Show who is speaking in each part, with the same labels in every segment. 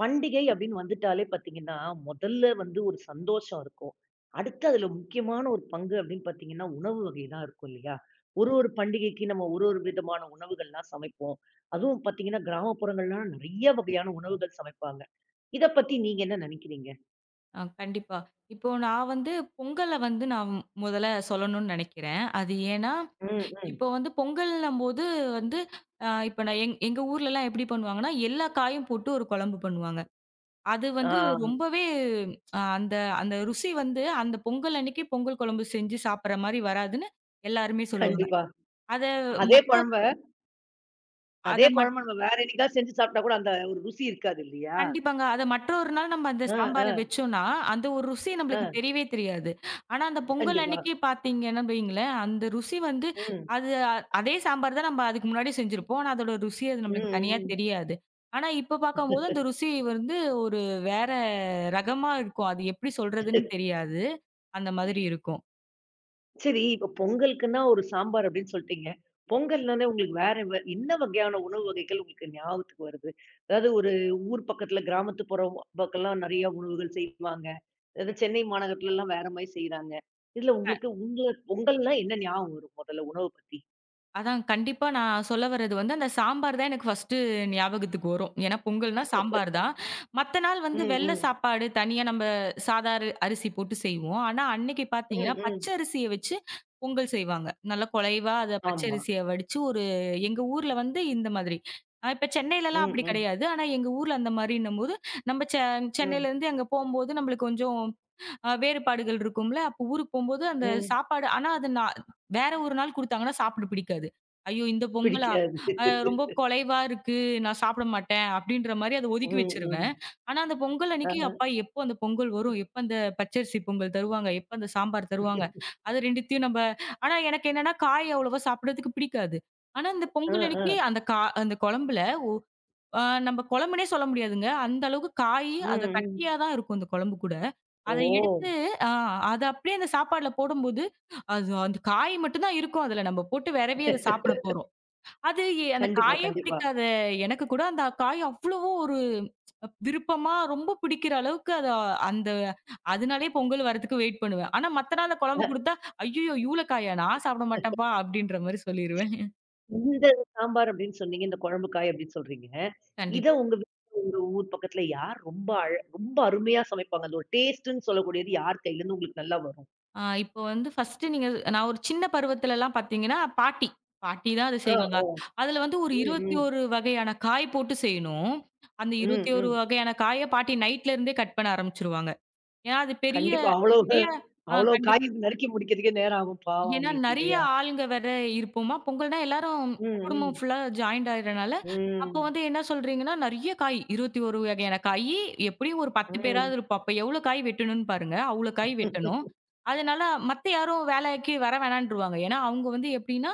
Speaker 1: பண்டிகை அப்படின்னு வந்துட்டாலே பார்த்தீங்கன்னா, முதல்ல வந்து ஒரு சந்தோஷம் இருக்கும். அடுத்து அதுல முக்கியமான ஒரு பங்கு அப்படின்னு பார்த்தீங்கன்னா, உணவு வகை தான் இருக்கும் இல்லையா? ஒரு ஒரு பண்டிகைக்கு நம்ம ஒரு ஒரு விதமான உணவுகள்லாம் சமைப்போம். அதுவும் பார்த்தீங்கன்னா, கிராமப்புறங்கள்லாம் நெறைய வகையான உணவுகள் சமைப்பாங்க. இத பத்தி நீங்க என்ன நெனைக்கிறீங்க?
Speaker 2: கண்டிப்பா. இப்போ நான் வந்து பொங்கல வந்து நான் முதல்ல சொல்லணும்னு நெனைக்கிறேன். அது ஏன்னா,
Speaker 1: ம், ம்.
Speaker 2: இப்போ வந்து பொங்கல்ன்னும்போது வந்து இப்ப நான் எங்க ஊர்லலாம் எப்படி பண்ணுவாங்கன்னா, எல்லா காயும் போட்டு ஒரு குழம்பு பண்ணுவாங்க. அது
Speaker 1: ஆ
Speaker 2: வந்து ரொம்பவே அந்த அந்த ருசி வந்து அந்த பொங்கல் அன்னைக்கு பொங்கல் குழம்பு செஞ்சு சாப்பிடுற மாரி வராதுன்னு எல்லாருமே சொல்லுவாங்க.
Speaker 1: கண்டிப்பா.
Speaker 2: அத
Speaker 1: அதே
Speaker 2: மற்ற
Speaker 1: குழம்ப
Speaker 2: அத
Speaker 1: அதே
Speaker 2: மற்ற
Speaker 1: குழம்ப நம்ம வேற என்னைக்காவது செஞ்சு சாப்பிட்டா கூட அந்த ஒரு ருசி இருக்காது இல்லையா?
Speaker 2: கண்டிப்பாங்க. அத மற்றொரு நாள் நம்ம அந்த
Speaker 1: ஆ,
Speaker 2: சாம்பார
Speaker 1: ஆ,
Speaker 2: வச்சோம்னா, அந்த ஒரு ருசி
Speaker 1: ஆ.
Speaker 2: நம்மளுக்கு தெரியவே தெரியாது. ஆனா, அந்த பொங்கல்
Speaker 1: கண்டிப்பா.
Speaker 2: அன்னைக்கு பார்த்தீங்கன்னா வையுங்களேன், அந்த ருசி வந்து
Speaker 1: ம்.
Speaker 2: அது அதே சாம்பார் தான் நம்ம அதுக்கு முன்னாடி செஞ்சிருப்போம். ஆனா, அதோட ருசி அது
Speaker 1: ம்,
Speaker 2: நம்மளுக்கு தனியா
Speaker 1: ம்.
Speaker 2: தெரியாது. ஆனா, இப்ப பார்க்கும்போது அந்த ருசி வந்து ஒரு வேற ரகமா இருக்கும். அது எப்படி சொல்றதுன்னு தெரியாது. அந்த மாதிரி இருக்கும்.
Speaker 1: சரி, இப்ப பொங்கலுக்குன்னா ஒரு சாம்பார் அப்படின்னு சொல்ட்டீங்க. பொங்கல்னாலே உங்களுக்கு வேற என்ன வகையான உணவு வகைகள் உங்களுக்கு ஞாபகத்துக்கு வருது? அதாவது ஒரு ஊர் பக்கத்துல கிராமத்துப்புறம் பக்கம்லாம் நெறைய உணவுகள் செய்வாங்க. அதாவது சென்னை மாநகரத்துலலாம் வேற மாரி செய்றாங்க. இதுல உங்களுக்கு உங்க பொங்கல்னா என்ன ஞாபகம் வரும் முதல்ல உணவ பத்தி?
Speaker 2: அதான் கண்டிப்பா நான் சொல்ல வர்றது வந்து, அந்த சாம்பார் தான் எனக்கு ஃபர்ஸ்ட்டு ஞாபகத்துக்கு வரும். ஏன்னா பொங்கல்னா சாம்பார் தான். மத்த நாள் வந்து
Speaker 1: ம்,
Speaker 2: வெள்ள
Speaker 1: ம்.
Speaker 2: சாப்பாடு தனியா நம்ம சாதா அரிசி போட்டு செய்வோம். ஆனா அன்னைக்கு
Speaker 1: ம்,
Speaker 2: பார்த்தீங்கன்னா,
Speaker 1: ம்.
Speaker 2: பச்சை அரிசிய வச்சு பொங்கல் செய்வாங்க. நல்லா குழைவா அத பச்சை
Speaker 1: ஆமா.
Speaker 2: அரிசிய வடிச்சு ஒரு எங்க ஊர்ல வந்து இந்த மாதிரி. இப்ப சென்னையிலலாம்
Speaker 1: ம்,
Speaker 2: அப்படி
Speaker 1: ம்.
Speaker 2: கிடையாது. ஆனா எங்க ஊர்ல அந்த மாரின்னும்போது, நம்ம
Speaker 1: ம்,
Speaker 2: சென்னையிலேருந்து அங்க போம்போது நம்மளுக்கு கொஞ்சம் வேறுபாடுகள் இருக்கும்ல. அப்போ ஊருக்கு போம்போது அந்த
Speaker 1: ம்.
Speaker 2: சாப்பாடு ஆனா அது நான் வேற ஒரு நாள் குடுத்தாங்கன்னா சாப்பிட பிடிக்காது. ஐயோ! இந்த பொங்கலா?
Speaker 1: பிடிக்காது.
Speaker 2: ரொம்ப கொலைவா இருக்கு. நான் சாப்பிட மாட்டேன். அப்படின்ற மாரி அத ஒதுக்கி
Speaker 1: ம், ம்.
Speaker 2: வச்சுருவேன். ஆனா அந்த பொங்கல் அன்னைக்கு,
Speaker 1: ஆஹ.
Speaker 2: அப்பா எப்போ அந்த பொங்கல் வரும்? எப்ப அந்த பச்சரிசி பொங்கல் தருவாங்க? எப்ப அந்த சாம்பார் தருவாங்க? அது 2த்தையும் நம்ப ஆனா எனக்கு என்னன்னா, காய் அவ்வளவா சாப்பிடறதுக்கு பிடிக்காது. ஆனா இந்த
Speaker 1: அ,
Speaker 2: பொங்கல் அன்னைக்கு
Speaker 1: அ.
Speaker 2: அந்த அந்த குழம்புல ஆ நம்ம குழம்புன்னே சொல்ல முடியாதுங்க. அந்த அளவுக்கு காயி
Speaker 1: ம்,
Speaker 2: அத கட்டியா
Speaker 1: ம்.
Speaker 2: தான் இருக்கும் அந்த குழம்பு கூட.
Speaker 1: ஓ!
Speaker 2: அத எடுத்து ஆ அத அப்படியே அந்த சாப்பாடுல போடும்போது, அது அந்த காய் மட்டும் தான் இருக்கும் அதுல. நம்ம போட்டு வெரவி அத சாப்பிட போறோம். அது அந்த
Speaker 1: கண்டிப்பா,
Speaker 2: காயே
Speaker 1: கண்டிப்பா.
Speaker 2: பிடிக்காத எனக்கு கூட அந்த காய் அவ்வளவோ ஒரு விருப்பமா ரொம்ப பிடிக்கிற அளவுக்கு அத அந்த அதனாலயே பொங்கல் வரதுக்கு வெயிட் பண்ணுவேன். ஆனா மத்த நாள் அந்த குழம்பு குடுத்தா, "ஐய்யயோ! இவ்ளோ காயா? நான் சாப்பிட மாட்டேன்ப்பா" அப்படின்ற மாரி சொல்லிருவேன்.
Speaker 1: இந்த சாம்பார் அப்படின்னு சொன்னீங்க. இந்த குழம்பு காய் அப்படின்னு சொல்றீங்க. இத
Speaker 2: கண்டிப்பா.
Speaker 1: உங்க வீட்ல உங்க ஊர் பக்கத்துல யார் ரொம்ப ரொம்ப அருமையா சமைப்பாங்க? அந்த ஒரு டேஸ்ட்டுன்னு சொல்லக்கூடியது யார் கையிலருந்து உங்களுக்கு நல்லா வரும்?
Speaker 2: இப்போ வந்து ஃபர்ஸ்ட்டு நீங்க நான் ஒரு சின்ன பருவத்துலலாம் பார்த்தீங்கன்னா, பாட்டி பாட்டி தான் அது
Speaker 1: ஓ!
Speaker 2: செய்வாங்க.
Speaker 1: ஓ!
Speaker 2: அதுல வந்து ஒரு
Speaker 1: ம், ம்.
Speaker 2: 21 வகையான காய் போட்டு செய்யணும். அந்த
Speaker 1: ம்,
Speaker 2: 21
Speaker 1: ம்.
Speaker 2: வகையான காய பாட்டி நைட்ல இருந்தே கட் பண்ண ஆரம்பிச்சுருவாங்க. ஏன்னா அது பெரிய
Speaker 1: கண்டிப்பா. அவ்வளவு
Speaker 2: பெரிய
Speaker 1: அவ்வளோ
Speaker 2: கண்டிப்பா.
Speaker 1: காய் நறுக்கி முடிக்கிறதுக்கே நேரம் ஆகும் பாவம்
Speaker 2: ஏன்னா
Speaker 1: அவங்களுக்கு
Speaker 2: நெறைய
Speaker 1: இல்லையா?
Speaker 2: ஆளுங்க வேற இருப்போமா, பொங்கல்னா எல்லாரும்
Speaker 1: ம்,
Speaker 2: குடும்பம்
Speaker 1: ம்.
Speaker 2: ஃபுல்லா ஜாயிண்ட் ஆயிடுறனால, அப்போ
Speaker 1: ம்.
Speaker 2: வந்து என்ன சொல்றீங்கன்னா, நெறைய காய் 21 வகையான காயி எப்படியும் ஒரு 10
Speaker 1: ம்.
Speaker 2: பேராவது இருப்போம். அப்ப எவ்வளோ காய் வெட்டணும்னு பாருங்க. அவ்வளோ காய் வெட்டணும். அதனால மத்த யாரும் வேலைக்கு வர வேணான்ருவாங்க. ஏன்னா அவங்க வந்து எப்படின்னா,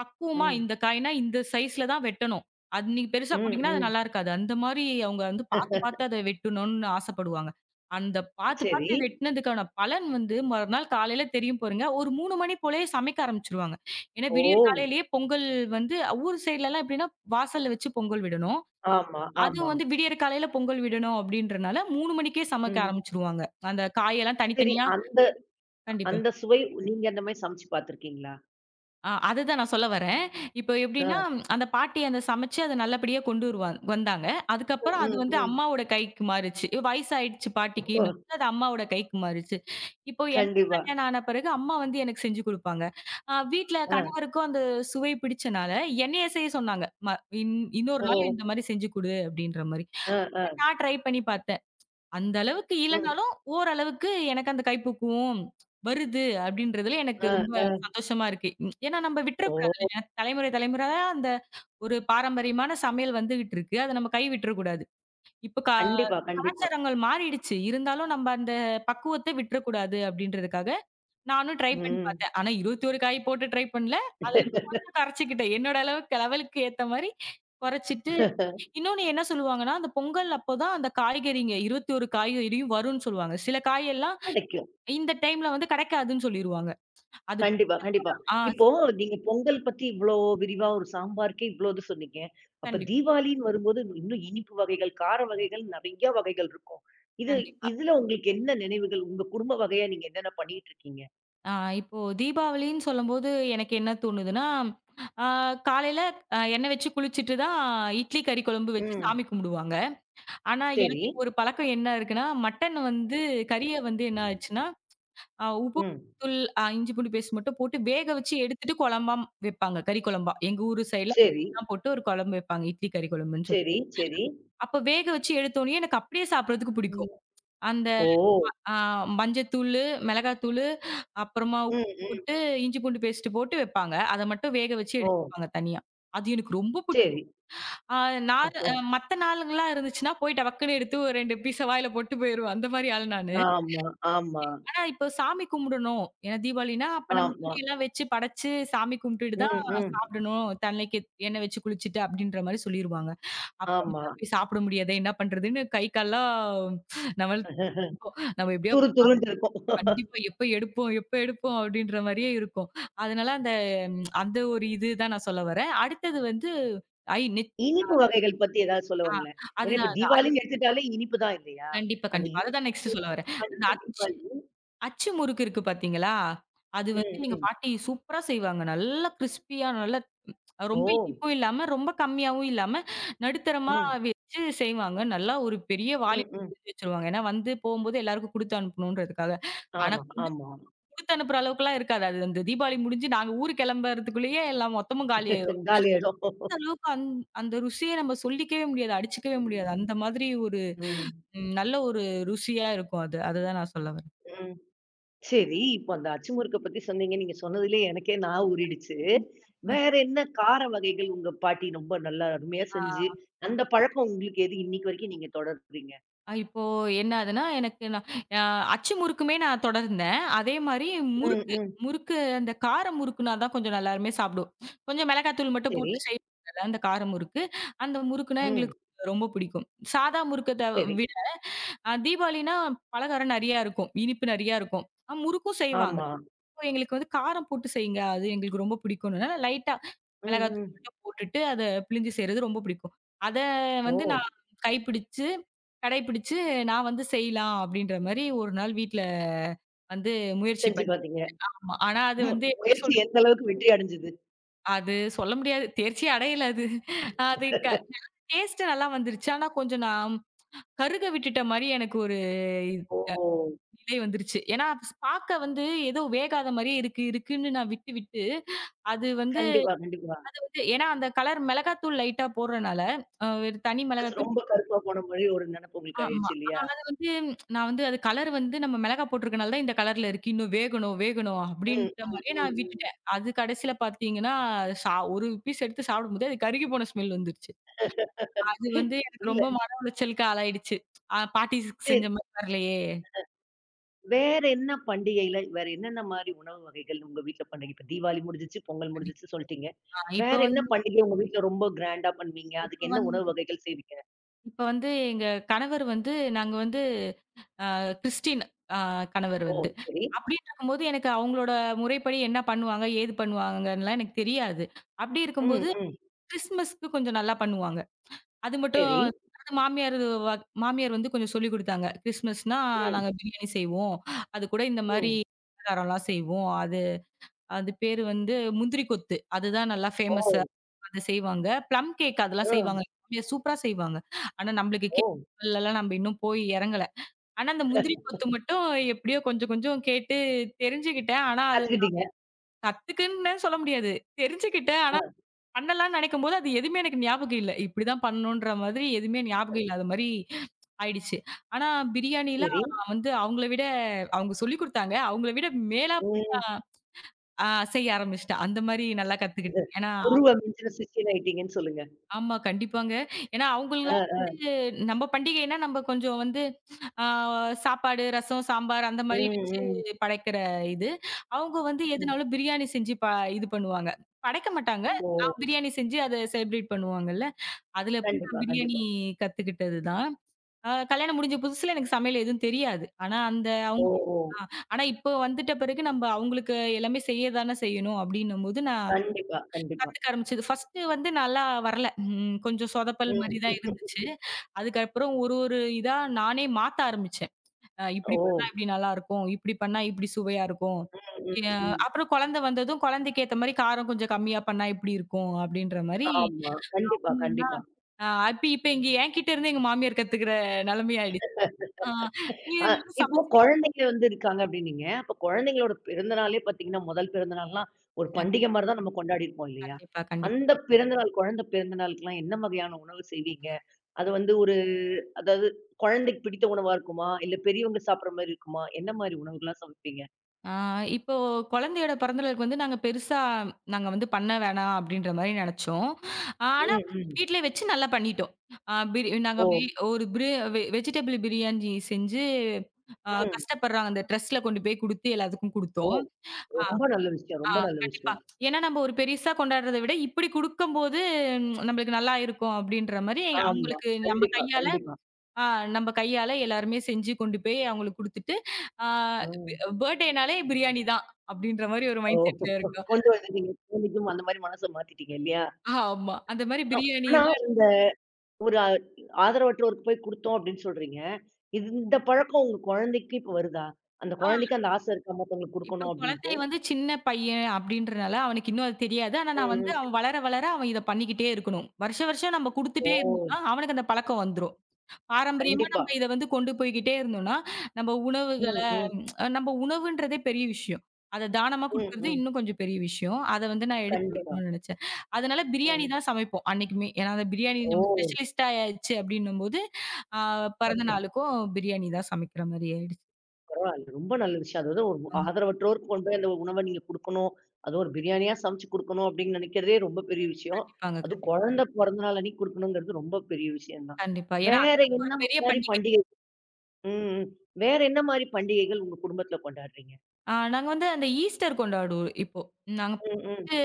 Speaker 2: பக்குவமா
Speaker 1: ம்.
Speaker 2: இந்த காய்னா, இந்த சைஸ்ல தான் வெட்டணும். அது நீங்க பெருசா
Speaker 1: ம்,
Speaker 2: போட்டீங்கன்னா, அது
Speaker 1: ம்.
Speaker 2: நல்லா இருக்காது. அந்த மாரி அவங்க வந்து பார்த்து, பார்த்து அத வெட்டணும்னு ஆசைப்படுவாங்க. அந்த பார்த்து,
Speaker 1: சரி.
Speaker 2: பார்த்து வெட்டினதுக்கான பலன் வந்து மறுநாள் காலையில தெரியும் பாருங்க. ஒரு 3 மணி போலயே சமைக்க ஆரம்பிச்சுருவாங்க. ஏன்னா
Speaker 1: ஓ!
Speaker 2: விடியற் காலையிலேயே பொங்கல் வந்து ஊர் சைட்லலாம் எப்படின்னா, வாசல்ல வச்சு பொங்கல் விடணும்.
Speaker 1: ஆமா,
Speaker 2: அதுவும்
Speaker 1: ஆமா.
Speaker 2: வந்து விடியற் காலையில பொங்கல் விடணும் அப்படின்றனால 3 மணிக்கே சமைக்க
Speaker 1: ம்.
Speaker 2: ஆரம்பிச்சுருவாங்க. அந்த காயெல்லாம்
Speaker 1: சரி
Speaker 2: தனித்தனியா
Speaker 1: அந்த
Speaker 2: கண்டிப்பா.
Speaker 1: அந்த சுவை நீங்க அந்த மாரி சமைச்சு பார்த்துருக்கீங்களா?
Speaker 2: அதுதான் நான் சொல்ல வரேன். இப்போ
Speaker 1: ஆ.
Speaker 2: எப்படின்னா, அந்த பாட்டி அந்த சமைச்சு அத நல்லபடியா கொண்டு வந்தாங்க. அதுக்கப்புறம் அது
Speaker 1: ம்,
Speaker 2: வந்து
Speaker 1: ம்.
Speaker 2: அம்மாவோட கைக்கு மாறுச்சு. இவ் வயசாயிடுச்சு
Speaker 1: ஓ,
Speaker 2: பாட்டிக்குன்னும் போது அது அம்மாவோட கைக்கு மாறுச்சு. இப்போ எனக்கு
Speaker 1: கண்டிப்பா.
Speaker 2: கல்யாணம் ஆன பிறகு அம்மா வந்து எனக்கு செஞ்சு குடுப்பாங்க. வீட்ல
Speaker 1: அ,
Speaker 2: கணவருக்கும் அந்த சுவை பிடிச்சனால என்னைய செய்ய சொன்னாங்க. இன்னொரு
Speaker 1: ஓ!
Speaker 2: நாள் இந்த மாரி செஞ்சு குடு அப்படின்ற மாரி.
Speaker 1: அ, அ,
Speaker 2: நான் ட்ரை பண்ணி பார்த்தேன். அந்த அளவுக்கு
Speaker 1: ம்,
Speaker 2: இல்லனாலும், ஓரளவுக்கு எனக்கு அந்த கைப்பக்குவம் வருது அப்படின்றதுல எனக்கு
Speaker 1: அ,
Speaker 2: ரொம்ப
Speaker 1: அ.
Speaker 2: சந்தோஷமா இருக்கு. ம். ஏன்னா நம்ம விட்டுறக்கூடாது
Speaker 1: ஓ!
Speaker 2: இல்லைங்க. தலைமுறை தலைமுறையா அந்த ஒரு பாரம்பரியமான சமையல் வந்துகிட்டு இருக்கு. அத நம்ம கை விட்டுறக்கூடாது. இப்ப
Speaker 1: கண்டிப்பா, கண்டிப்பா.
Speaker 2: கலாச்சாரங்கள் மாறிடுச்சு. இருந்தாலும் நம்ம அந்த பக்குவத்த விட்டுறக்கூடாது அப்படின்றதுக்காக நானும் ட்ரை பண்ணி
Speaker 1: ம்.
Speaker 2: பார்த்தேன். ஆனா 21 காய் போட்டு ட்ரை பண்ணல. அதுல கொஞ்சம் குறைச்சுக்கிட்டேன். என்னோட அளவுக்கு லெவலுக்கு ஏத்த மாரி குறைச்சிட்டு இன்னொன்னு என்ன சொல்லுவாங்கன்னா, அந்த பொங்கல் அப்பதான் அந்த காய்கறிங்க 21 காய்கறியும் வரும்ன்னு சொல்லுவாங்க. சில காயெல்லாம்
Speaker 1: கிடைக்கும்.
Speaker 2: இந்த டைம்ல வந்து கெடைக்காதுன்னு சொல்லிருவாங்க. அது
Speaker 1: கண்டிப்பா, கண்டிப்பா.
Speaker 2: ஆ
Speaker 1: இப்போ நீங்க பொங்கல் பத்தி இவ்ளோ விரிவா ஒரு சாம்பாருக்கே இவ்ளோ இது சொன்னீங்க. அப்ப
Speaker 2: கண்டிப்பா,
Speaker 1: தீபாவளின்னு வரும்போது இன்னும் இனிப்பு வகைகள், கார வகைகள் நெறைய வகைகள் இருக்கும். இது
Speaker 2: கண்டிப்பா.
Speaker 1: இதுல உங்களுக்கு என்ன நினைவுகள்? உங்க குடும்ப வகையா நீங்க என்னென்ன பண்ணிட்டு இருக்கீங்க?
Speaker 2: ஆ இப்போ தீபாவளின்னு சொல்லும்போது எனக்கு என்ன தோணுதுன்னா, ஆ காலையில எண்ணெய் வச்சு குளிச்சுட்டு தான் இட்லி, கறி குழம்பு வச்சு
Speaker 1: ம்.
Speaker 2: சாமி கும்பிடுவாங்க. ஆனா
Speaker 1: சரி.
Speaker 2: எனக்கு ஒரு பழக்கம் என்ன இருக்குன்னா, மட்டன் வந்து கறிய வந்து என்ன ஆச்சுன்னா உப்பு,
Speaker 1: ம்.
Speaker 2: தூள், இஞ்சி பூண்டு பேஸ்ட் மட்டும் போட்டு வேக வச்சு எடுத்துட்டு குழம்பா வைப்பாங்க. கறி குழம்பா. எங்க ஊரு சைடுல
Speaker 1: சரி,
Speaker 2: எல்லாம் போட்டு ஒரு குழம்பு வைப்பாங்க. இட்லி கறி குழம்புன்னு சொல்லி.
Speaker 1: சரி, சரி.
Speaker 2: அப்ப வேக வச்சு எடுத்தோனயே எனக்கு அப்படியே சாப்பிடுறதுக்கு
Speaker 1: ம்.
Speaker 2: பிடிக்கும். அந்த
Speaker 1: ஓ!
Speaker 2: அ மஞ்சத்தூளு, மிளகாத்தூளு, அப்புறமா
Speaker 1: ம்,
Speaker 2: உப்பு
Speaker 1: ம்.
Speaker 2: போட்டு இஞ்சி பூண்டு பேஸ்ட் போட்டு வைப்பாங்க. அத மட்டும் வேக வச்சு
Speaker 1: ஓ!
Speaker 2: எடுத்துப்பாங்க தனியா. அது எனக்கு ரொம்ப புடி
Speaker 1: சரி.
Speaker 2: அ நான்
Speaker 1: அப்போ
Speaker 2: மத்த நாளுங்கலாம் இருந்துச்சுன்னா போய் டபக்குன்னு எடுத்து ஒரு 2 பீஸ வாயில போட்டு போயிருவேன். அந்த மாரி ஆள் நானு.
Speaker 1: ஆமா, ஆமா,
Speaker 2: இப்போ சாமி கும்பிடணும். ஏன்னா தீபாவளின்னா, அப்ப நம்ம
Speaker 1: ஆமா.
Speaker 2: துணியெல்லாம் வச்சு படைச்சு, சாமி கும்பிட்டுட்டு
Speaker 1: ம்,
Speaker 2: தான்
Speaker 1: ம்.
Speaker 2: சாப்பிடணும். தலைக்கு எண்ணெய் வச்சு குளிச்சுட்டு அப்டின்ற மாரி சொல்லிருவாங்க. அப்ப
Speaker 1: ஆமா.
Speaker 2: நம்ம போய் சாப்பிட முடியாதே, என்ன பண்றதுன்னு கை, கால்லாம் நவழ்த்துக்கும். நம்ம எப்படியோ
Speaker 1: துரு துருன்ட்டு இருக்கும்.
Speaker 2: கண்டிப்பா எப்ப எடுப்போம், எப்ப எடுப்போம் அப்டின்ற மாரியே இருக்கும். அதனால அந்த அந்த ஒரு இது தான் நான் சொல்ல வரேன். அடுத்தது வந்து ஐ நித்
Speaker 1: இனிப்பு வகைகள் பத்தி ஏதாவது
Speaker 2: ஆ
Speaker 1: சொல்லுவாங்களேன்? ஏன்னா இப்ப
Speaker 2: அதுதான்.
Speaker 1: தீபாவளின்னு எடுத்துட்டாலே இனிப்பு தான் இல்லையா?
Speaker 2: கண்டிப்பா,
Speaker 1: அந்த
Speaker 2: கண்டிப்பா. அதுதான்
Speaker 1: இனிப்பு
Speaker 2: நெக்ஸ்ட் சொல்ல வரேன். அந்த
Speaker 1: வகைகள்
Speaker 2: அச்சு
Speaker 1: தீபாவளி.
Speaker 2: அச்சு முறுக்கு இருக்கு பார்த்தீங்களா? அது வந்து
Speaker 1: ம்,
Speaker 2: எங்க
Speaker 1: ம்.
Speaker 2: பாட்டி சூப்பரா செய்வாங்க. நல்லா கிரிஸ்பியா நல்லா
Speaker 1: ஓ!
Speaker 2: ரொம்ப இனிப்பும் இல்லாம, ரொம்ப கம்மியாவும் இல்லாம, நடுத்தரமா
Speaker 1: ம்,
Speaker 2: வச்சு செய்வாங்க. நல்லா ஒரு பெரிய வாளி
Speaker 1: ம், ம்.
Speaker 2: வச்சுருவாங்க. ஏன்னா வந்து போம்போது எல்லாருக்கும் குடுத்து அனுப்பணுன்றதுக்காக. ஆனா
Speaker 1: ஆமா,
Speaker 2: கொண்டு
Speaker 1: ஆமா.
Speaker 2: குடுத்து அனுப்புற அளவுக்குலாம் இருக்காது. அது அந்த தீபாவளி முடிஞ்சு நாங்க ஊரு கெளம்பறதுக்குள்ளேயே எல்லாம் மொத்தமும் காலி ஆயிரும்.
Speaker 1: காலி ஆயிடும்.
Speaker 2: அந்த அளவுக்கு அந்த ருசிய நம்ம சொல்லிக்கவே முடியாது. அடிச்சுக்கவே முடியாது. அந்த மாதிரி ஒரு
Speaker 1: ம்,
Speaker 2: நல்ல ஒரு ருசியா இருக்கும் அது. அதுதான் நான் சொல்ல வரேன்.
Speaker 1: ம். சரி, இப்ப அந்த அச்சு முறுக்க பத்தி சொன்னீங்க. நீங்க சொன்னதிலே எனக்கே நான் ஊறிடுச்சு.
Speaker 2: ம். கண்டிப்பா.
Speaker 1: வேற என்ன கார வகைகள் உங்க பாட்டி ரொம்ப நல்லா அருமையா செஞ்சு,
Speaker 2: ஆ.
Speaker 1: அந்த பழக்கம் உங்களுக்கு எது இன்னைக்கு வரைக்கும் நீங்க தொடர்றீங்க?
Speaker 2: இப்போ என்ன ஆதுன்னா, எனக்கு நான் அ அச்சு முறுக்குமே நான் தொடர்ந்தேன். அதே மாரி
Speaker 1: ம்,
Speaker 2: முறுக்கு
Speaker 1: ம்.
Speaker 2: முறுக்கு அந்த கார முறுக்குனா தான் கொஞ்சம் எல்லாருமே சாப்பிடுவோம். கொஞ்சம் மிளகாய் தூள் மட்டும்
Speaker 1: சரி.
Speaker 2: போட்டு செய்வாங்கல்ல அந்த கார முறுக்கு. அந்த முறுக்குனா
Speaker 1: ம்.
Speaker 2: எங்களுக்கு ரொம்ப பிடிக்கும். சாதா முறுக்கத்த
Speaker 1: சரி.
Speaker 2: விட தீபாவளினா பலகாரம் நெறையா இருக்கும். இனிப்பு நெறையா இருக்கும். முறுக்கும் செய்வாங்க.
Speaker 1: ஆமா.
Speaker 2: அப்போ எங்களுக்கு வந்து காரம் போட்டு செய்யுங்க. அது எங்களுக்கு ரொம்ப பிடிக்கும்னா, லைட்டா
Speaker 1: ம்,
Speaker 2: மிளகாய் தூள்
Speaker 1: ம்.
Speaker 2: மட்டும் போட்டுட்டு அத பிழிஞ்சு செய்றது ரொம்ப பிடிக்கும். அத
Speaker 1: ஓ!
Speaker 2: வந்து நான் கைப்பிடிச்சு கடைபிடிச்சு, நான் வந்து செய்யலாம் அப்படின்ற மாரி ஒரு நாள் வீட்ல வந்து முயற்சி
Speaker 1: செஞ்சு
Speaker 2: பண்ணி
Speaker 1: பார்த்தீங்க.
Speaker 2: ஆமா. ஆனா அது
Speaker 1: ம்.
Speaker 2: வந்து எப்படி
Speaker 1: முயற்சி
Speaker 2: சொல்றது?
Speaker 1: எந்த அளவுக்கு வெற்றி அடைஞ்சது?
Speaker 2: அது சொல்ல முடியாது. தேர்ச்சி அடையல அது. அது டேஸ்ட் நல்லா வந்துருச்சு. ஆனா கொஞ்சம் நான் கருக விட்டுட்ட மாரி எனக்கு ஒரு
Speaker 1: ஓ!
Speaker 2: நிலை வந்துருச்சு. ஏன்னா பாக்க வந்து ஏதோ வேகாத மாரியே இருக்கு, இருக்குன்னு நான் விட்டு விட்டு, அது வந்து
Speaker 1: கண்டிப்பா, கண்டிப்பா.
Speaker 2: ஏன்னா அந்த கலர் மிளகாத்தூள் லைட்டா போடுறனால, ஒரு தனி
Speaker 1: மனசு
Speaker 2: மிளகாத்தூள்
Speaker 1: ரொம்ப கருப்பா போன மாரி ஒரு நெனப்பு உங்களுக்கு
Speaker 2: ஆமா.
Speaker 1: ஆயிடுச்சு இல்லையா?
Speaker 2: ஆனா அது வந்து நான் வந்து அது கலர் வந்து நம்ம மிளகா போட்டிருக்கனால தான் இந்த கலர்ல இருக்கு. இன்னும் வேகணும்
Speaker 1: ம்,
Speaker 2: அப்படின்ற
Speaker 1: ம்,
Speaker 2: மாரியே
Speaker 1: ம்,
Speaker 2: நான்
Speaker 1: ம்.
Speaker 2: விட்டுட்டேன். அது கடைசியில பார்த்தீங்கன்னா, ஒரு பீஸ் எடுத்து சாப்பிடும்போது அது கருகி போன ஸ்மெல் வந்துருச்சு. அது வந்து எனக்கு
Speaker 1: இல்ல.
Speaker 2: ரொம்ப மன உளைச்சலுக்கு ஆளாயிடுச்சு. பாட்டி
Speaker 1: சரி.
Speaker 2: செஞ்ச மாரி வரலையே!
Speaker 1: வேற என்ன பண்டிகையில வேற என்னென்ன மாரி உணவு வகைகள் உங்க வீட்ல பண்டிகை? இப்ப தீபாவளி முடிஞ்சுச்சு, பொங்கல்
Speaker 2: கண்டிப்பா.
Speaker 1: முடிஞ்சுச்சு சொல்ட்டீங்க. வேற
Speaker 2: இப்ப
Speaker 1: என்ன
Speaker 2: வந்து
Speaker 1: பண்டிகை உங்க வீட்ல ரொம்ப கிராண்டா பண்ணுவீங்க?
Speaker 2: இப்ப
Speaker 1: அதுக்கு என்ன உணவு
Speaker 2: வந்து
Speaker 1: வகைகள் செய்வீங்க?
Speaker 2: இப்ப வந்து எங்க கணவர் வந்து நாங்க வந்து கிறிஸ்டின் அ கணவர்
Speaker 1: ஓ!
Speaker 2: வந்து.
Speaker 1: சரி.
Speaker 2: அப்படின்னு இருக்கும்போது எனக்கு அவங்களோட முறைப்படி என்ன பண்ணுவாங்க? ஏது பண்ணுவாங்கன்லாம் எனக்கு தெரியாது. அப்படி இருக்கும்போது
Speaker 1: ம், ம்.
Speaker 2: கிறிஸ்மஸ்க்கு கொஞ்சம் நல்லா பண்ணுவாங்க. அது மட்டும்
Speaker 1: சரி.
Speaker 2: அது மாமியாரு வ மாமியார் வந்து கொஞ்சம் சொல்லிக் குடுத்தாங்க. கிறிஸ்மஸ்னா
Speaker 1: ம்,
Speaker 2: நாங்க பிரியாணி செய்வோம். அது கூட இந்த மாரி
Speaker 1: ம்.
Speaker 2: பலகாரம்லாம் செய்வோம். அது அது பேரு வந்து முந்திரி கொத்து. அதுதான் நல்லா ஃபேமஸ்ஸா
Speaker 1: ஓ!
Speaker 2: அத செய்வாங்க. ப்ளம் கேக் அதெல்லாம்
Speaker 1: ஆ.
Speaker 2: செய்வாங்க. மாமியார் சூப்பரா செய்வாங்க. ஆனா நம்மளுக்கு
Speaker 1: ஓ!
Speaker 2: கேக் லலாம் நம்ம இன்னும் போய் எறங்கல. ஆனா அந்த முந்திரி கொத்து மட்டும் எப்படியோ கொஞ்சம் கொஞ்சம் கேட்டு தெரிஞ்சுக்கிட்டேன். ஆனா அது
Speaker 1: கத்துக்கிட்டீங்க.
Speaker 2: கத்துக்குன்னே சொல்ல முடியாது. தெரிஞ்சுக்கிட்டேன். ஆனா
Speaker 1: ஆ,
Speaker 2: பண்ணலாம்னு நினைக்கும்போது, அது எதுவுமே எனக்கு ஞாபகம் இல்ல. இப்படிதான் பண்ணணுன்ற மாதிரி எதுவுமே ஞாபகம் இல்லாத மாரி ஆயிடுச்சு. ஆனா பிரியாணிலாம்
Speaker 1: சரி.
Speaker 2: வந்து அவங்கள விட அவங்க சொல்லிக் குடுத்தாங்க. அவங்கள விட மேலா
Speaker 1: ம்.
Speaker 2: அ செய்ய ஆரம்பிச்சுட்டேன். அந்த மாரி நல்லா கத்துக்கிட்டேன். ஏன்னா
Speaker 1: குருவ மிஞ்சின சிஷ்யன் ஆயிட்டீங்கன்னு சொல்லுங்க.
Speaker 2: ஆமா கண்டிப்பாங்க. ஏன்னா
Speaker 1: ஆ,
Speaker 2: அவங்கலாம்
Speaker 1: ஆ.
Speaker 2: வந்து நம்ம பண்டிகைன்னா நம்ம கொஞ்சம் வந்து அ சாப்பாடு, ரசம், சாம்பார் அந்த மாரி
Speaker 1: ம்,
Speaker 2: வச்சு
Speaker 1: ம்,
Speaker 2: படைக்கிற இது. அவங்க வந்து
Speaker 1: ம்.
Speaker 2: எதுனாலும் பிரியாணி செஞ்சு இது பண்ணுவாங்க. படைக்க மாட்டாங்க.
Speaker 1: ஓ!
Speaker 2: பிரியாணி செஞ்சு அத செலிப்ரேட் பண்ணுவாங்கல்ல. அதுல போய்
Speaker 1: கண்டிப்பா,
Speaker 2: நான் பிரியாணி
Speaker 1: கண்டிப்பா.
Speaker 2: கத்துக்கிட்டது தான். கல்யாணம் முடிஞ்ச புதுசுல எனக்கு சமையல் எதுவும் தெரியாது. ஆனா அந்த
Speaker 1: ஓ!
Speaker 2: அவங்க
Speaker 1: ஓ!
Speaker 2: ஆ ஆனா இப்போ வந்துட்ட பிறகு நம்ப அவங்களுக்கு எல்லாமே செய்ய தானே செய்யணும் அப்டின்னும்போது நான்
Speaker 1: கண்டிப்பா, கண்டிப்பா.
Speaker 2: கத்துக்க ஆரம்பிச்சது. ஃபர்ஸ்ட்டு வந்து நல்லா வரல. ம் கொஞ்சம் சொதப்பல்
Speaker 1: ம்.
Speaker 2: மாரி தான் இருந்துச்சு. அதுக்கப்புறம் ஒரு ஒரு இதா நானே மாத்த ஆரம்பிச்சேன். இப்டி பண்ணா
Speaker 1: ஓ!
Speaker 2: இப்டி நல்லாருக்கும். இப்டி பண்ணா இப்டி சுவையா இருக்கும்.
Speaker 1: ம்,
Speaker 2: அ
Speaker 1: ம், ம்.
Speaker 2: அப்புறம் குழந்தை வந்ததும் குழந்தைக்கு ஏத்த மாரி காரம் கொஞ்சம் கம்மியா பண்ணா இப்டி இருக்கும் அப்டின்ற மாரி
Speaker 1: ஆமா. கண்டிப்பா, கண்டிப்பா.
Speaker 2: அப்ப இப்ப இங்க என்கிட்ட இருந்து எங்க மாமியார் கத்துக்கிற நிலைமை ஆயிடுச்சு. ஆ நீ
Speaker 1: ஆ,
Speaker 2: நல்லா
Speaker 1: இப்போ
Speaker 2: சமைச்சிருக்க.
Speaker 1: குழந்தைங்க வந்து இருக்காங்க அப்படின்னீங்க. அப்ப குழந்தைங்களோட பிறந்த நாளே பார்த்தீங்கன்னா, முதல் பிறந்த நாள்லாம் ஒரு பண்டிகை மாரி தான் நம்ம கொண்டாடியிருப்போம் இல்லையா?
Speaker 2: கண்டிப்பா, கண்டிப்பா.
Speaker 1: அந்த பிறந்த நாள் குழந்தை பிறந்த நாளுக்குலாம் என்ன வகையான உணவு செய்வீங்க? அது வந்து ஒரு அதாவது குழந்தைக்கு பிடித்த உணவா இருக்குமா? இல்ல பெரியவங்க சாப்பிடுற மாரி இருக்குமா? என்ன மாரி உணவுகள்லாம் சமைப்பீங்க?
Speaker 2: ஆ இப்போ குழந்தையோட பிறந்த நாளுக்கு வந்து நாங்க பெருசா நாங்க வந்து பண்ண வேணாம் அப்படின்ற மாரி நெனச்சோம். ஆனா
Speaker 1: ம், ம்.
Speaker 2: வீட்ல வச்சு நல்லா பண்ணிட்டோம். ஆ பிரி நாங்க
Speaker 1: ஓ!
Speaker 2: வி ஒரு வெஜிடபிள் பிரியாணி செஞ்சு
Speaker 1: ம்.
Speaker 2: கஷ்டப்படுறாங்க. அந்த ட்ரெஸ்ல கொண்டு போய் குடுத்து எல்லாத்துக்கும்
Speaker 1: ஓ!
Speaker 2: குடுத்தோம்.
Speaker 1: ரொம்ப நல்ல விஷயம்,
Speaker 2: ஆ
Speaker 1: ரொம்ப நல்ல
Speaker 2: கண்டிப்பா.
Speaker 1: விஷயம்.
Speaker 2: ஏன்னா நம்ம ஒரு பெருசா கொண்டாடுறத விட இப்படி குடுக்கும்போது நம்மளுக்கு நல்லா இருக்கும் அப்படின்ற மாரி
Speaker 1: ஆமா.
Speaker 2: அவங்களுக்கு நம்ம
Speaker 1: கண்டிப்பா,
Speaker 2: கையால
Speaker 1: கண்டிப்பா.
Speaker 2: ஆ நம்ம கையால எல்லாருமே செஞ்சு கொண்டு போய் அவங்களுக்கு குடுத்துட்டு, ஆ
Speaker 1: ம்.
Speaker 2: பர்த்டேனாலே பிரியாணி தான் அப்படின்ற மாரி ஒரு
Speaker 1: ஓ!
Speaker 2: மைண்ட் செட்ல இருக்கோம்.
Speaker 1: கொண்டு வந்துட்டீங்க. இன்னைக்கும் அந்த மாரி மனச மாத்திட்டீங்க இல்லையா?
Speaker 2: ஆமா. அந்த மாரி
Speaker 1: ஆ,
Speaker 2: பிரியாணி
Speaker 1: ஆனா
Speaker 2: தான்
Speaker 1: இந்த ஒரு ஆதரவற்றோருக்கு போய் குடுத்தோம் அப்படின்னு சொல்றீங்க. இது இந்த பழக்கம் உங்க குழந்தைக்கு இப்ப வருதா? அந்த
Speaker 2: ஆ
Speaker 1: குழந்தைக்கு அந்த ஆசை இருக்கா மத்தவங்களுக்கு
Speaker 2: இப்ப
Speaker 1: குடுக்கணும் அப்படின்ட்டு?
Speaker 2: குழந்தை வந்து சின்ன பையன் அப்படின்றனால அவனுக்கு இன்னும் அது தெரியாது. ஆனா நான் வந்து
Speaker 1: ம்.
Speaker 2: அவன் வளர, வளர அவன் இத பண்ணிக்கிட்டே இருக்கணும். வருஷம், வருஷம் நம்ம குடுத்துட்டே
Speaker 1: ஓ!
Speaker 2: இருந்தோம்னா, அவனுக்கு அந்த பழக்கம் வந்துரும். பாரம்பரியமா
Speaker 1: கண்டிப்பா.
Speaker 2: நம்ம இத வந்து கொண்டு போய்க்கிட்டே இருந்தோம்னா, நம்ம உணவுகள
Speaker 1: ம், ம்,
Speaker 2: நம்ம உணவுன்றதே பெரிய விஷயம். அத தானமா
Speaker 1: ம்,
Speaker 2: குடுக்குறது
Speaker 1: ம்.
Speaker 2: இன்னும் கொஞ்சம் பெரிய விஷயம். அத வந்து நான் எடுத்துட்டு
Speaker 1: கண்டிப்பா.
Speaker 2: வரணும்னு நெனச்சேன். அதனால பிரியாணி
Speaker 1: ம்.
Speaker 2: தான் சமைப்போம் அன்னைக்குமே. ஏன்னா அந்த பிரியாணி
Speaker 1: ஓ!
Speaker 2: நம்ம ஸ்பெஷலிஸ்ட்டா ஆயாச்சு அப்டின்னும்போது, ஆ பிறந்த நாளுக்கும் பிரியாணி தான் சமைக்கிற மாரி ஆயிடுச்சு.
Speaker 1: பரவால்ல. ரொம்ப நல்ல விஷயம். அதாவது ஒரு
Speaker 2: ம்.
Speaker 1: ஆதரவற்றோருக்கு கொண்டு போய் அந்த உணவ நீங்க குடுக்கணும். அதுவும் ஒரு பிரியாணியா சமைச்சு குடுக்கணும் அப்படின்னு நெனைக்கிறதே ரொம்ப பெரிய விஷயம்.
Speaker 2: கண்டிப்பாங்க.
Speaker 1: அதுவும் குழந்தை பொறந்த நாள் அன்னைக்கு குடுக்கணுங்கிறது ரொம்ப பெரிய விஷயம் தான்.
Speaker 2: கண்டிப்பா. ஏன்னா அதே
Speaker 1: வேற
Speaker 2: நமக்கு
Speaker 1: என்ன
Speaker 2: ஒரு பெரிய
Speaker 1: மாரி
Speaker 2: பண்டிகை.
Speaker 1: பண்டிகை ம், ம். வேற என்ன மாரி பண்டிகைகள் உங்க குடும்பத்துல கொண்டாடுறீங்க?
Speaker 2: நாங்க வந்து அந்த ஈஸ்டர் கொண்டாடுவோம் இப்போ. நாங்க
Speaker 1: ம், ம்.
Speaker 2: வந்து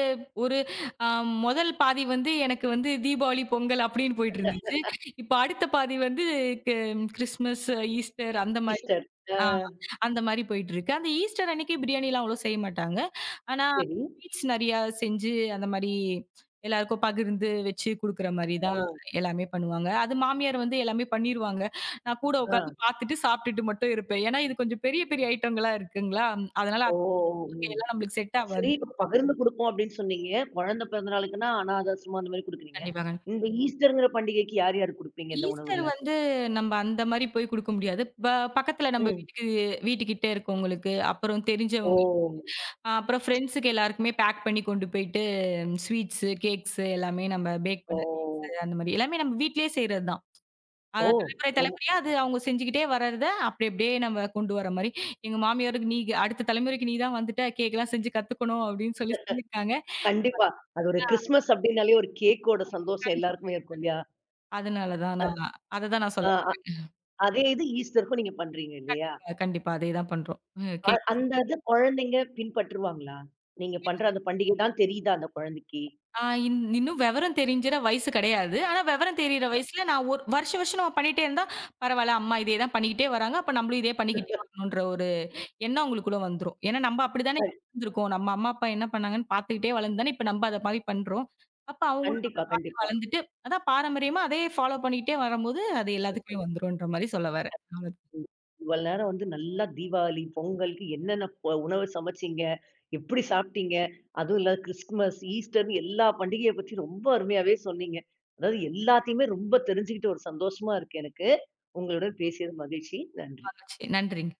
Speaker 2: ஒரு அ முதல் பாதி வந்து எனக்கு வந்து தீபாவளி, பொங்கல் அப்படின்னு போயிட்டு இருந்துச்சு. இப்ப அடுத்த பாதி வந்து க கிறிஸ்மஸ், ஈஸ்டர் அந்த மாரி
Speaker 1: ஈஸ்டர். ஆ
Speaker 2: ஆ அந்த மாரி போயிட்டு இருக்கு. அந்த ஈஸ்டர் அன்னைக்கு பிரியாணிலாம் அவ்வளோ செய்ய மாட்டாங்க. ஆனா
Speaker 1: சரி.
Speaker 2: ஸ்வீட்ஸ் நெறையா செஞ்சு அந்த மாரி எல்லாருக்கும் பகிர்ந்து வச்சு குடுக்குற மாரி
Speaker 1: ஓ!
Speaker 2: தான் எல்லாமே பண்ணுவாங்க. அது மாமியார் வந்து எல்லாமே பண்ணிருவாங்க. நான் கூட
Speaker 1: ஆ.
Speaker 2: உட்காந்து பார்த்துட்டு சாப்பிட்டுட்டு மட்டும் இருப்பேன். ஏன்னா இது கொஞ்சம் பெரிய பெரிய ஐட்டங்களா இருக்குங்களா, அதனால
Speaker 1: ஓ! ஓ! ம்.
Speaker 2: எல்லாம் நம்மளுக்கு செட்
Speaker 1: சரி
Speaker 2: ஆவாது.
Speaker 1: இப்ப பகிர்ந்து குடுப்போம் அப்படின்னு சொன்னீங்க. குழந்தை பிறந்த நாளுக்குன்னா அனாதை ஆசிரமம் அந்த மாரி குடுக்குறீங்க.
Speaker 2: கண்டிப்பாங்க.
Speaker 1: இந்த ஈஸ்டர்ங்கிற பண்டிகைக்கு யார் யாருக்கு குடுப்பீங்க இந்த
Speaker 2: ஈஸ்டர்
Speaker 1: உணவுகள?
Speaker 2: வந்து நம்ம அந்த மாரி போய் குடுக்க முடியாது. பக்கத்துல நம்ம
Speaker 1: ம்.
Speaker 2: வீட்டுக்கு வீட்டுக்கிட்ட இருக்கவங்களுக்கு, அப்புறம்
Speaker 1: ஓ!
Speaker 2: தெரிஞ்சவங்க, அப்புறம் ஃப்ரெண்ட்ஸுக்கு எல்லாருக்குமே பேக் பண்ணி கொண்டு போயிட்டு ஸ்வீட்ஸு, கேக்ஸு எல்லாமே நம்ம பேக்
Speaker 1: ஓ!
Speaker 2: பண்ண கேக்ஸு அந்த மாரி எல்லாமே நம்ம வீட்லயே செய்றது தான். அத
Speaker 1: ஓ!
Speaker 2: தலைமுறை
Speaker 1: ரொம்
Speaker 2: தலைமுறையா அது அவங்க செஞ்சுக்கிட்டே வர்றத அப்படி அப்படியே நம்ம கொண்டு வர மாரி. எங்க மாமியாருக்கு நீ அடுத்த தலைமுறைக்கு நீ தான் வந்துட்ட கேக்லாம் செஞ்சு கத்துக்கணும் அப்படின்னு சொல்லி சொல்லியிருக்காங்க.
Speaker 1: கண்டிப்பா. அது ஒரு கிறிஸ்மஸ் அப்படின்னாலே ஒரு கேக்கோட சந்தோஷம் எல்லாருக்குமே இருக்கும் இல்லையா?
Speaker 2: அதனால தான் நான் அத தான் நான் சொல்ல
Speaker 1: ஆ அதே இது ஈஸ்டருக்கும் நீங்க பண்றீங்க இல்லையா?
Speaker 2: கண்டிப்பா, கண்டிப்பா. அதேதான் பண்றோம். ம் கேக்
Speaker 1: அந்த இது குழந்தைங்க பின்பற்றுவாங்களா? நீங்க பண்ற அந்த பண்டிகை தான் தெரியுதா அந்த குழந்தைக்கு?
Speaker 2: ஆ இன் இன்னும் விவரம் தெரிஞ்சிற வயசு கிடையாது. ஆனா விவரம் தெரியிற வயசுல நான் ஒரு வருஷம் வருஷம் நம்ம பண்ணிட்டே இருந்தா, பரவால்ல அம்மா இதே தான் பண்ணிக்கிட்டே வராங்க. அப்ப நம்மளும் இதே பண்ணிக்கிட்டே வரணுன்ற ஒரு எண்ணம் அவங்களுக்குள்ள வந்துரும். ஏன்னா நம்ம அப்படித்தானே
Speaker 1: கண்
Speaker 2: இருந்திருக்கோம். நம்ம அம்மா, அப்பா என்ன பண்ணாங்கன்னு பார்த்துக்கிட்டே வளர்ந்து தானே இப்ப நம்ம அத மாரி பண்றோம். அப்ப அவங்களும்
Speaker 1: கண்டிப்பா, கண்டிப்பா.
Speaker 2: வளர்ந்துட்டு, அதான் பாரம்பரியமா அதே ஃபாலோ பண்ணிக்கிட்டே வரும்போது, அது எல்லாத்துக்குமே வந்துரும்ன்ற மாரி சொல்ல வரேன். அவ்ளோ
Speaker 1: இவ்வளவு நேரம் வந்து நல்லா தீபாவளி, பொங்கலுக்கு என்னென்ன உணவு சமைச்சீங்க? எப்படி சாப்பிட்டீங்க? அதுவும் இல்லாத கிறிஸ்துமஸ், ஈஸ்டர்ன்னு எல்லா பண்டிகைய பத்தி ரொம்ப அருமையாவே சொன்னீங்க. அதாவது எல்லாத்தையுமே ரொம்ப தெரிஞ்சுக்கிட்டு ஒரு சந்தோஷமா இருக்கு எனக்கு. உங்களுடன் பேசியது மகிழ்ச்சி. நன்றி.
Speaker 2: நன்றிங்க.